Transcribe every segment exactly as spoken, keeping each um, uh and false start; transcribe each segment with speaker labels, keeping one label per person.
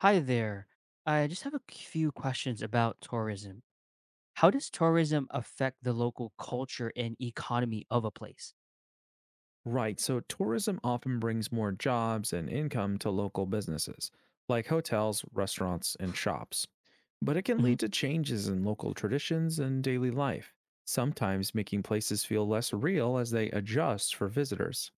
Speaker 1: Hi there. I just have a few questions about tourism. How does tourism affect the local culture and economy of a place?
Speaker 2: Right, so tourism often brings more jobs and income to local businesses, like hotels, restaurants, and shops. But it can
Speaker 1: Hmm.
Speaker 2: lead to changes in local traditions and daily life, sometimes making places feel less real as they adjust for visitors.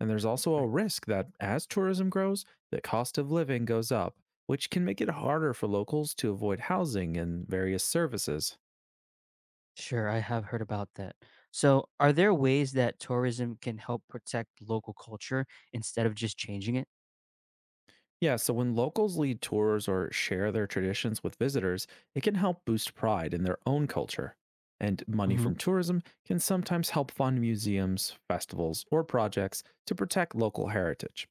Speaker 2: And there's also a
Speaker 1: Right.
Speaker 2: risk that as tourism grows, the cost of living goes up, which can make it harder for locals to avoid housing and various services.
Speaker 1: Sure, I have heard about that. So, are there ways that tourism can help protect local culture instead of just changing it?
Speaker 2: Yeah, so when locals lead tours or share their traditions with visitors, it can help boost pride in their own culture. And money
Speaker 1: Hmm.
Speaker 2: from tourism can sometimes help fund museums, festivals, or projects to protect local heritage.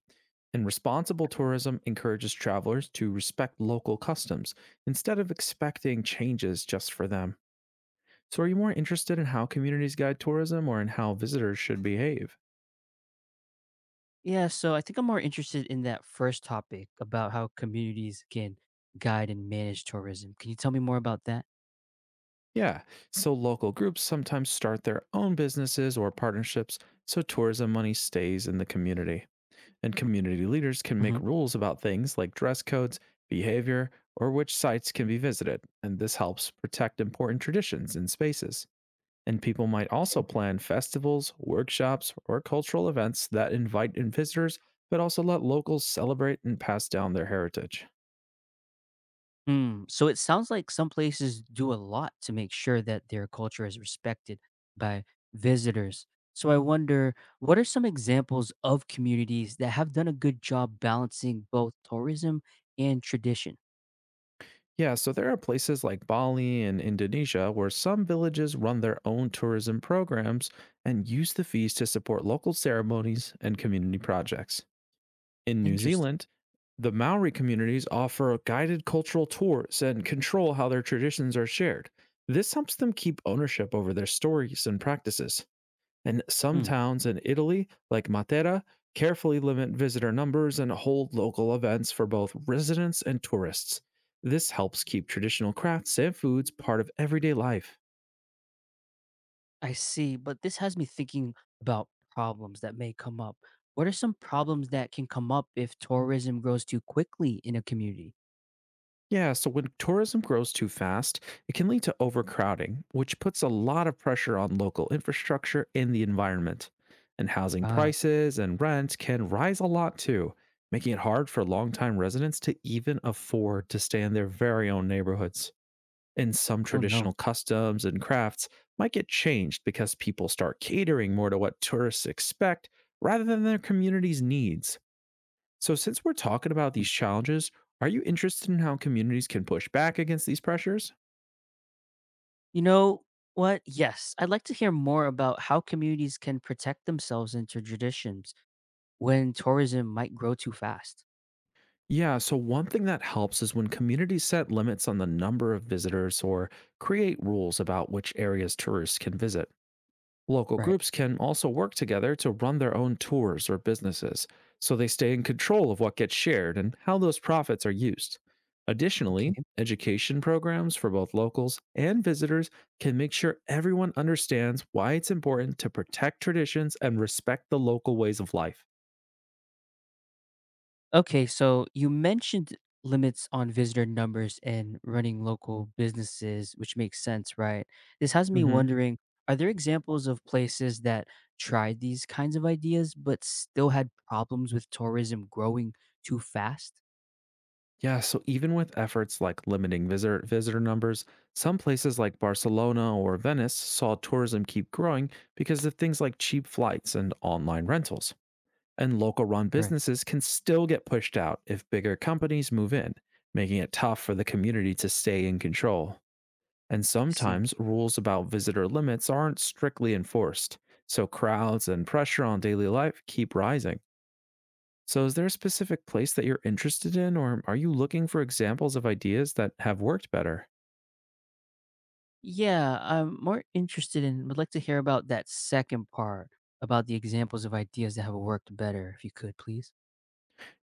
Speaker 2: And responsible tourism encourages travelers to respect local customs instead of expecting changes just for them. So, are you more interested in how communities guide tourism or in how visitors should behave?
Speaker 1: Yeah, so I think I'm more interested in that first topic about how communities can guide and manage tourism. Can you tell me more about that?
Speaker 2: Yeah, so local groups sometimes start their own businesses or partnerships so tourism money stays in the community. And community leaders can make
Speaker 1: Hmm.
Speaker 2: rules about things like dress codes, behavior, or which sites can be visited, and this helps protect important traditions and spaces. And people might also plan festivals, workshops, or cultural events that invite in visitors, but also let locals celebrate and pass down their heritage.
Speaker 1: Mm, so it sounds like some places do a lot to make sure that their culture is respected by visitors. So I wonder, what are some examples of communities that have done a good job balancing both tourism and tradition?
Speaker 2: Yeah, so there are places like Bali and Indonesia where some villages run their own tourism programs and use the fees to support local ceremonies and community projects. In New
Speaker 1: Interesting.
Speaker 2: Zealand, the Maori communities offer guided cultural tours and control how their traditions are shared. This helps them keep ownership over their stories and practices, and some
Speaker 1: Mm,
Speaker 2: towns in Italy, like Matera, carefully limit visitor numbers and hold local events for both residents and tourists. This helps keep traditional crafts and foods part of everyday life.
Speaker 1: I see, but this has me thinking about problems that may come up. What are some problems that can come up if tourism grows too quickly in a community?
Speaker 2: Yeah, so when tourism grows too fast, it can lead to overcrowding, which puts a lot of pressure on local infrastructure and the environment. And housing
Speaker 1: Ah,
Speaker 2: prices and rent can rise a lot too, making it hard for longtime residents to even afford to stay in their very own neighborhoods. And some
Speaker 1: I don't
Speaker 2: traditional
Speaker 1: know.
Speaker 2: customs and crafts might get changed because people start catering more to what tourists expect rather than their community's needs. So, since we're talking about these challenges, are you interested in how communities can push back against these pressures?
Speaker 1: You know what? Yes, I'd like to hear more about how communities can protect themselves into traditions when tourism might grow too fast.
Speaker 2: Yeah, so one thing that helps is when communities set limits on the number of visitors or create rules about which areas tourists can visit. Local
Speaker 1: Right.
Speaker 2: groups can also work together to run their own tours or businesses, so they stay in control of what gets shared and how those profits are used.
Speaker 1: Okay.
Speaker 2: Additionally, education programs for both locals and visitors can make sure everyone understands why it's important to protect traditions and respect the local ways of life.
Speaker 1: Okay, so you mentioned limits on visitor numbers and running local businesses, which makes sense, right? This has me
Speaker 2: Hmm.
Speaker 1: wondering, are there examples of places that tried these kinds of ideas but still had problems with tourism growing too fast?
Speaker 2: Yeah, so even with efforts like limiting visitor, visitor numbers, some places like Barcelona or Venice saw tourism keep growing because of things like cheap flights and online rentals. And local run
Speaker 1: Right.
Speaker 2: businesses can still get pushed out if bigger companies move in, making it tough for the community to stay in control. And
Speaker 1: I see.
Speaker 2: sometimes rules about visitor limits aren't strictly enforced, so crowds and pressure on daily life keep rising. So, is there a specific place that you're interested in, or are you looking for examples of ideas that have worked better?
Speaker 1: Yeah, I'm more interested in would like to hear about that second part about the examples of ideas that have worked better, if you could, please.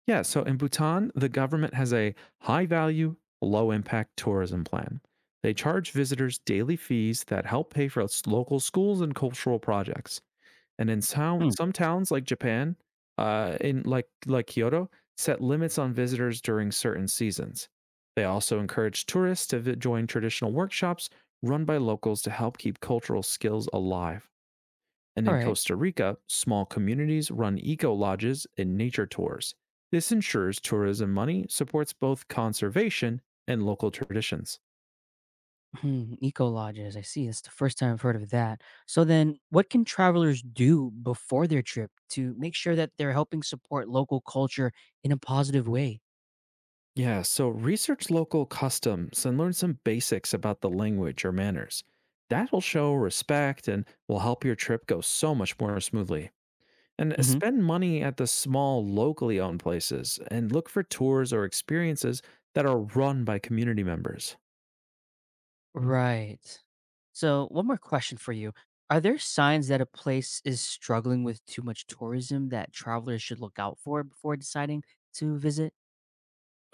Speaker 2: Yeah, so in Bhutan, the government has a high value, low impact tourism plan. They charge visitors daily fees that help pay for s- local schools and cultural projects. And in town,
Speaker 1: Hmm.
Speaker 2: some towns like Japan, uh, in like like Kyoto, set limits on visitors during certain seasons. They also encourage tourists to vi- join traditional workshops run by locals to help keep cultural skills alive. And
Speaker 1: All
Speaker 2: in
Speaker 1: right.
Speaker 2: Costa Rica, small communities run eco lodges and nature tours. This ensures tourism money supports both conservation and local traditions.
Speaker 1: Hmm, eco lodges. I see. It's the first time I've heard of that. So then, what can travelers do before their trip to make sure that they're helping support local culture in a positive way?
Speaker 2: Yeah, so research local customs and learn some basics about the language or manners. That'll show respect and will help your trip go so much more smoothly. And
Speaker 1: Hmm.
Speaker 2: spend money at the small, locally owned places and look for tours or experiences that are run by community members.
Speaker 1: Right. So, one more question for you. Are there signs that a place is struggling with too much tourism that travelers should look out for before deciding to visit?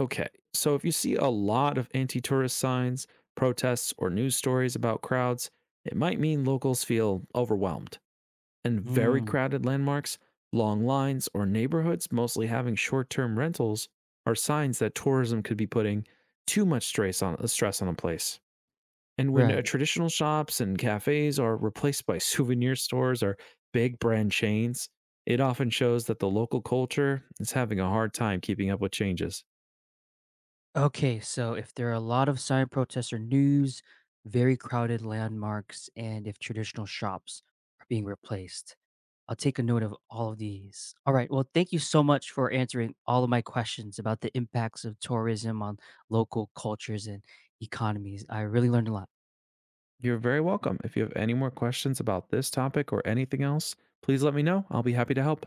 Speaker 2: Okay, so if you see a lot of anti tourist signs, protests, or news stories about crowds, it might mean locals feel overwhelmed. And very
Speaker 1: Mm,
Speaker 2: crowded landmarks, long lines, or neighborhoods mostly having short term rentals are signs that tourism could be putting too much stress on, uh, stress on a place. And when uh,
Speaker 1: right.
Speaker 2: Right, traditional shops and cafes are replaced by souvenir stores or big brand chains, it often shows that the local culture is having a hard time keeping up with changes.
Speaker 1: Okay, so if there are a lot of sign protests or news, very crowded landmarks, and if traditional shops are being replaced, I'll take a note of all of these. All right. Well, thank you so much for answering all of my questions about the impacts of tourism on local cultures and economies. I really learned a lot.
Speaker 2: You're very welcome. If you have any more questions about this topic or anything else, please let me know. I'll be happy to help.